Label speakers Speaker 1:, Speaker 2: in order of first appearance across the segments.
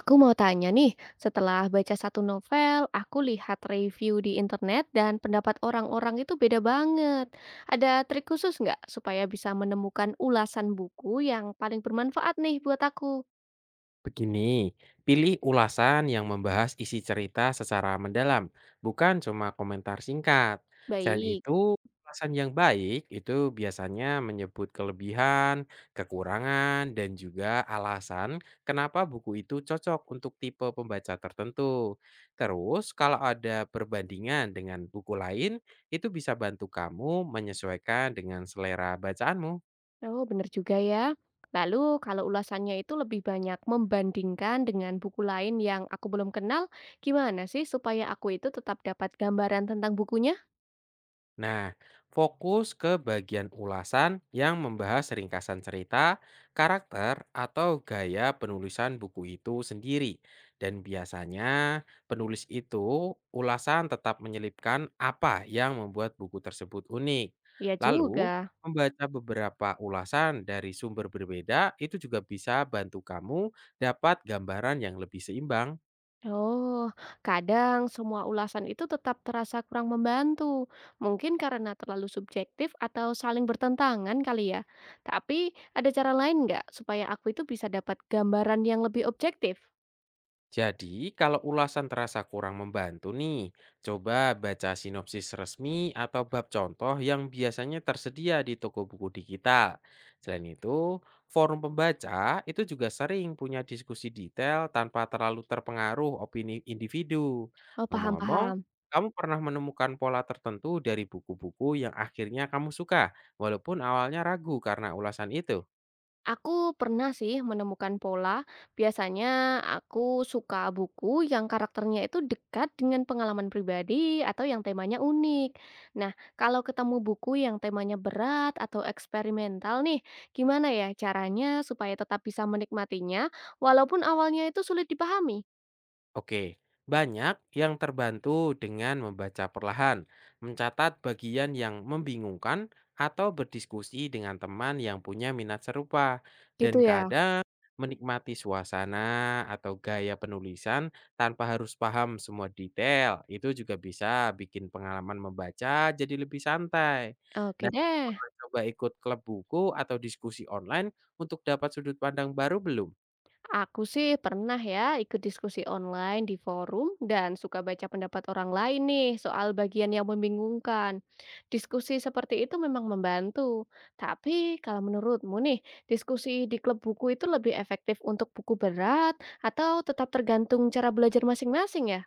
Speaker 1: Aku mau tanya nih, setelah baca satu novel, aku lihat review di internet dan pendapat orang-orang itu beda banget. Ada trik khusus nggak supaya bisa menemukan ulasan buku yang paling bermanfaat nih buat aku?
Speaker 2: Begini, pilih ulasan yang membahas isi cerita secara mendalam, bukan cuma komentar singkat. Selain
Speaker 1: Baik,
Speaker 2: itu, ulasan yang baik itu biasanya menyebut kelebihan, kekurangan, dan juga alasan kenapa buku itu cocok untuk tipe pembaca tertentu. Terus, kalau ada perbandingan dengan buku lain, itu bisa bantu kamu menyesuaikan dengan selera bacaanmu.
Speaker 1: oh bener juga ya. Lalu kalau ulasannya itu lebih banyak membandingkan dengan buku lain yang aku belum kenal, gimana sih supaya aku itu tetap dapat gambaran tentang bukunya?
Speaker 2: Nah, fokus ke bagian ulasan yang membahas ringkasan cerita, karakter, atau gaya penulisan buku itu sendiri. Dan biasanya penulis itu ulasan tetap menyelipkan apa yang membuat buku tersebut unik.
Speaker 1: Ya
Speaker 2: Lalu,
Speaker 1: juga.
Speaker 2: membaca beberapa ulasan dari sumber berbeda itu juga bisa bantu kamu dapat gambaran yang lebih seimbang.
Speaker 1: Oh, kadang semua ulasan itu tetap terasa kurang membantu. Mungkin karena terlalu subjektif atau saling bertentangan kali ya. Tapi ada cara lain nggak supaya aku itu bisa dapat gambaran yang lebih objektif?
Speaker 2: Jadi, kalau ulasan terasa kurang membantu nih, coba baca sinopsis resmi atau bab contoh yang biasanya tersedia di toko buku digital. Selain itu, forum pembaca itu juga sering punya diskusi detail tanpa terlalu terpengaruh opini individu.
Speaker 1: Oh,
Speaker 2: Ngomong-ngomong,
Speaker 1: paham-paham.
Speaker 2: kamu pernah menemukan pola tertentu dari buku-buku yang akhirnya kamu suka, walaupun awalnya ragu karena ulasan itu?
Speaker 1: Aku pernah sih menemukan pola. Biasanya aku suka buku yang karakternya itu dekat dengan pengalaman pribadi atau yang temanya unik. Nah, kalau ketemu buku yang temanya berat atau eksperimental nih, gimana ya caranya supaya tetap bisa menikmatinya walaupun awalnya itu sulit dipahami?
Speaker 2: Oke, banyak yang terbantu dengan membaca perlahan, mencatat bagian yang membingungkan, atau berdiskusi dengan teman yang punya minat serupa,
Speaker 1: Gitu
Speaker 2: dan
Speaker 1: ya.
Speaker 2: kadang menikmati suasana atau gaya penulisan tanpa harus paham semua detail. Itu juga bisa bikin pengalaman membaca jadi lebih santai.
Speaker 1: Oke
Speaker 2: Nah,
Speaker 1: deh.
Speaker 2: pernah coba ikut klub buku atau diskusi online untuk dapat sudut pandang baru belum?
Speaker 1: Aku sih pernah ya ikut diskusi online di forum dan suka baca pendapat orang lain nih soal bagian yang membingungkan. Diskusi seperti itu memang membantu. Tapi kalau menurutmu nih, diskusi di klub buku itu lebih efektif untuk buku berat atau tetap tergantung cara belajar masing-masing ya?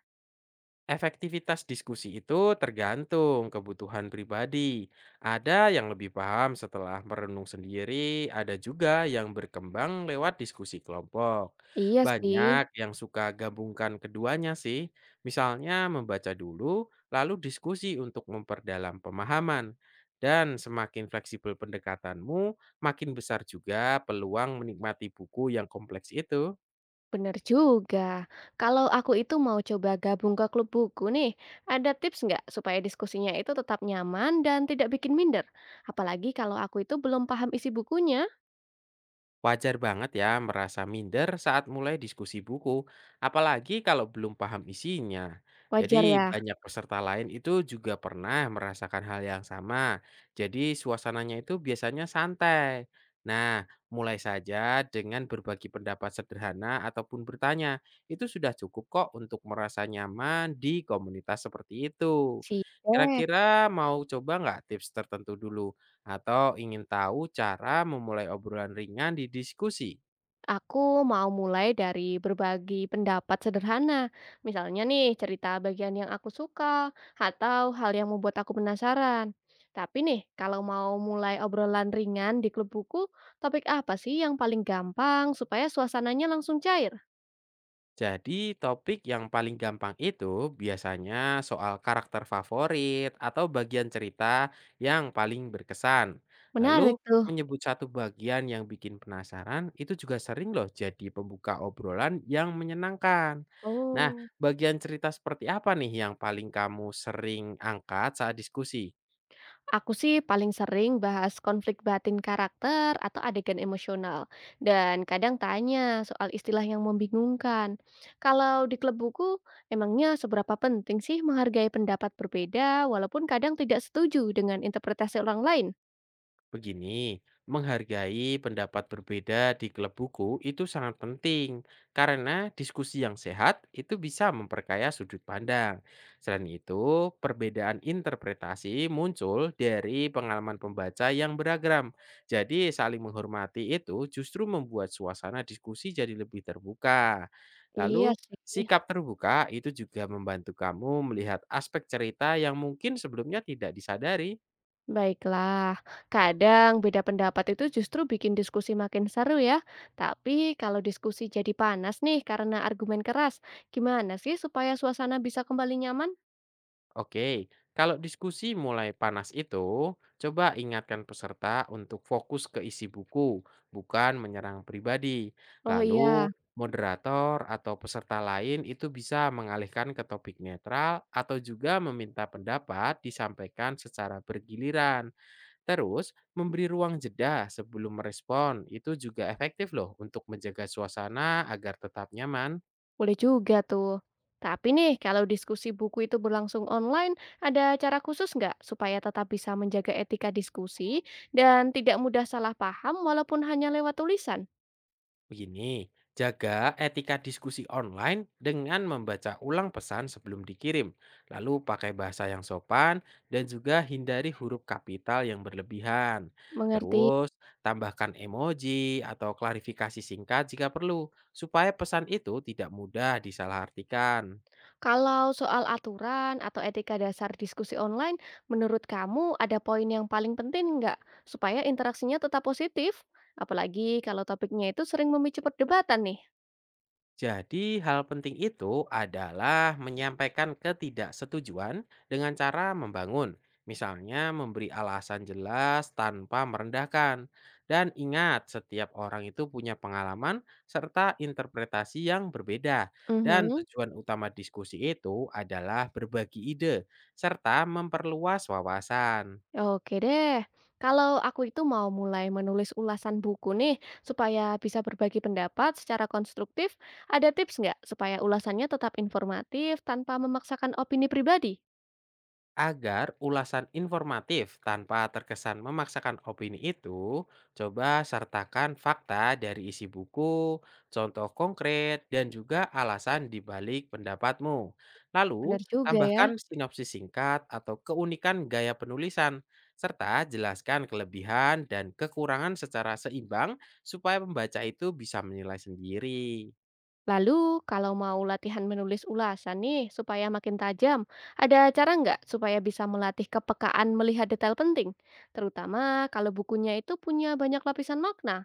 Speaker 2: Efektivitas diskusi itu tergantung kebutuhan pribadi. Ada yang lebih paham setelah merenung sendiri, ada juga yang berkembang lewat diskusi kelompok.
Speaker 1: Iya sih.
Speaker 2: Banyak yang suka gabungkan keduanya sih, misalnya membaca dulu, lalu diskusi untuk memperdalam pemahaman. Dan semakin fleksibel pendekatanmu, makin besar juga peluang menikmati buku yang kompleks itu.
Speaker 1: Bener juga. Kalau aku itu mau coba gabung ke klub buku nih, ada tips nggak supaya diskusinya itu tetap nyaman dan tidak bikin minder? Apalagi kalau aku itu belum paham isi bukunya.
Speaker 2: Wajar banget ya merasa minder saat mulai diskusi buku, apalagi kalau belum paham isinya.
Speaker 1: Wajar
Speaker 2: Jadi
Speaker 1: ya?
Speaker 2: banyak peserta lain itu juga pernah merasakan hal yang sama. Jadi suasananya itu biasanya santai. Nah, mulai saja dengan berbagi pendapat sederhana ataupun bertanya. Itu sudah cukup kok untuk merasa nyaman di komunitas seperti itu.
Speaker 1: Sih. Deh.
Speaker 2: Kira-kira mau coba nggak tips tertentu dulu, atau ingin tahu cara memulai obrolan ringan di diskusi?
Speaker 1: Aku mau mulai dari berbagi pendapat sederhana. Misalnya nih, cerita bagian yang aku suka atau hal yang membuat aku penasaran. Tapi nih, kalau mau mulai obrolan ringan di klub buku, topik apa sih yang paling gampang supaya suasananya langsung cair?
Speaker 2: Jadi, topik yang paling gampang itu biasanya soal karakter favorit atau bagian cerita yang paling berkesan. Lalu,
Speaker 1: Menarik tuh.
Speaker 2: menyebut satu bagian yang bikin penasaran itu juga sering loh jadi pembuka obrolan yang menyenangkan. Nah,
Speaker 1: Oh,
Speaker 2: bagian cerita seperti apa nih yang paling kamu sering angkat saat diskusi?
Speaker 1: aku sih paling sering bahas konflik batin karakter atau adegan emosional, dan kadang tanya soal istilah yang membingungkan. Kalau di klub buku, emangnya seberapa penting sih menghargai pendapat berbeda, walaupun kadang tidak setuju dengan interpretasi orang lain?
Speaker 2: Begini, menghargai pendapat berbeda di klub buku itu sangat penting karena diskusi yang sehat itu bisa memperkaya sudut pandang. Selain itu, perbedaan interpretasi muncul dari pengalaman pembaca yang beragam. Jadi, saling menghormati itu justru membuat suasana diskusi jadi lebih terbuka.
Speaker 1: Iya
Speaker 2: Lalu,
Speaker 1: sih.
Speaker 2: sikap terbuka itu juga membantu kamu melihat aspek cerita yang mungkin sebelumnya tidak disadari.
Speaker 1: Baiklah, kadang beda pendapat itu justru bikin diskusi makin seru ya. Tapi kalau diskusi jadi panas nih karena argumen keras, gimana sih supaya suasana bisa kembali nyaman?
Speaker 2: Oke, kalau diskusi mulai panas itu, coba ingatkan peserta untuk fokus ke isi buku, bukan menyerang pribadi.
Speaker 1: Oh
Speaker 2: Lalu,
Speaker 1: iya,
Speaker 2: moderator atau peserta lain itu bisa mengalihkan ke topik netral atau juga meminta pendapat disampaikan secara bergiliran. Terus, memberi ruang jeda sebelum merespon itu juga efektif loh untuk menjaga suasana agar tetap nyaman.
Speaker 1: boleh juga tuh. Tapi nih, kalau diskusi buku itu berlangsung online, ada cara khusus nggak supaya tetap bisa menjaga etika diskusi dan tidak mudah salah paham walaupun hanya lewat tulisan?
Speaker 2: Begini, jaga etika diskusi online dengan membaca ulang pesan sebelum dikirim, lalu pakai bahasa yang sopan dan juga hindari huruf kapital yang berlebihan.
Speaker 1: Mengerti?
Speaker 2: Terus, tambahkan emoji atau klarifikasi singkat jika perlu, supaya pesan itu tidak mudah disalahartikan.
Speaker 1: Kalau soal aturan atau etika dasar diskusi online, menurut kamu ada poin yang paling penting nggak supaya interaksinya tetap positif? Apalagi kalau topiknya itu sering memicu perdebatan nih.
Speaker 2: Jadi, hal penting itu adalah menyampaikan ketidaksetujuan dengan cara membangun, misalnya memberi alasan jelas tanpa merendahkan. Dan ingat, setiap orang itu punya pengalaman serta interpretasi yang berbeda. Dan
Speaker 1: Mhm.
Speaker 2: tujuan utama diskusi itu adalah berbagi ide serta memperluas wawasan.
Speaker 1: Oke deh, kalau aku itu mau mulai menulis ulasan buku nih, supaya bisa berbagi pendapat secara konstruktif, ada tips nggak supaya ulasannya tetap informatif tanpa memaksakan opini pribadi?
Speaker 2: Agar ulasan informatif tanpa terkesan memaksakan opini itu, coba sertakan fakta dari isi buku, contoh konkret, dan juga alasan di balik pendapatmu.
Speaker 1: Benar
Speaker 2: Lalu,
Speaker 1: juga ya.
Speaker 2: tambahkan sinopsis singkat atau keunikan gaya penulisan, serta jelaskan kelebihan dan kekurangan secara seimbang supaya pembaca itu bisa menilai sendiri.
Speaker 1: Lalu, kalau mau latihan menulis ulasan nih, supaya makin tajam, ada cara nggak supaya bisa melatih kepekaan melihat detail penting? Terutama kalau bukunya itu punya banyak lapisan makna.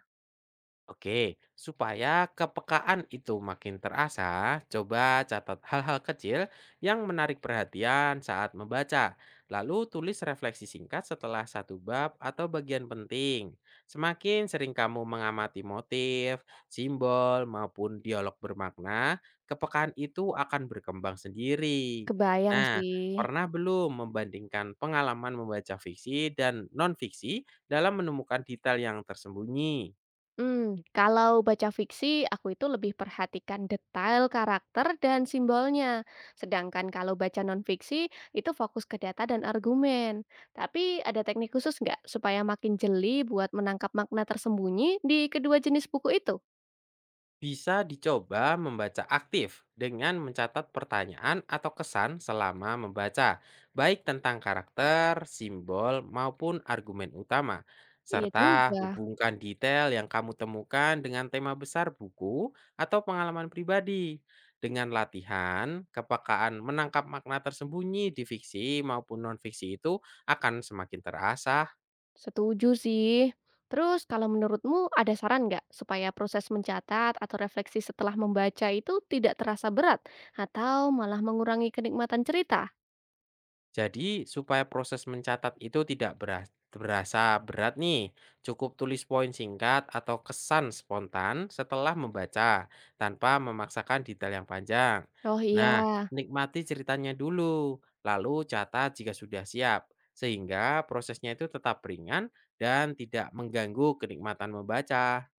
Speaker 2: Oke, supaya kepekaan itu makin terasa, coba catat hal-hal kecil yang menarik perhatian saat membaca. Lalu tulis refleksi singkat setelah satu bab atau bagian penting. Semakin sering kamu mengamati motif, simbol, maupun dialog bermakna, kepekaan itu akan berkembang sendiri.
Speaker 1: Kebayang
Speaker 2: Nah,
Speaker 1: sih.
Speaker 2: pernah belum membandingkan pengalaman membaca fiksi dan non-fiksi dalam menemukan detail yang tersembunyi?
Speaker 1: Hmm, kalau baca fiksi, aku itu lebih perhatikan detail karakter dan simbolnya. Sedangkan kalau baca non-fiksi, itu fokus ke data dan argumen. Tapi ada teknik khusus nggak supaya makin jeli buat menangkap makna tersembunyi di kedua jenis buku itu?
Speaker 2: Bisa dicoba membaca aktif dengan mencatat pertanyaan atau kesan selama membaca, baik tentang karakter, simbol, maupun argumen utama,
Speaker 1: Iya juga,
Speaker 2: serta hubungkan detail yang kamu temukan dengan tema besar buku atau pengalaman pribadi. Dengan latihan, kepekaan menangkap makna tersembunyi di fiksi maupun non-fiksi itu akan semakin terasa.
Speaker 1: setuju sih. Terus kalau menurutmu ada saran nggak supaya proses mencatat atau refleksi setelah membaca itu tidak terasa berat atau malah mengurangi kenikmatan cerita?
Speaker 2: Jadi supaya proses mencatat itu tidak berasa berat nih, cukup tulis poin singkat atau kesan spontan setelah membaca tanpa memaksakan detail yang panjang.
Speaker 1: Oh iya,
Speaker 2: Nah, nikmati ceritanya dulu, lalu catat jika sudah siap, sehingga prosesnya itu tetap ringan dan tidak mengganggu kenikmatan membaca.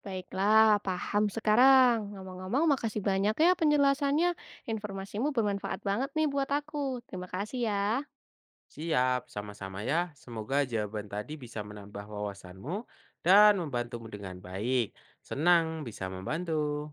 Speaker 1: baiklah, paham sekarang. Ngomong-ngomong, makasih banyak ya penjelasannya. Informasimu bermanfaat banget nih buat aku. Terima kasih ya.
Speaker 2: Siap, sama-sama ya. Semoga jawaban tadi bisa menambah wawasanmu dan membantumu dengan baik. Senang bisa membantu.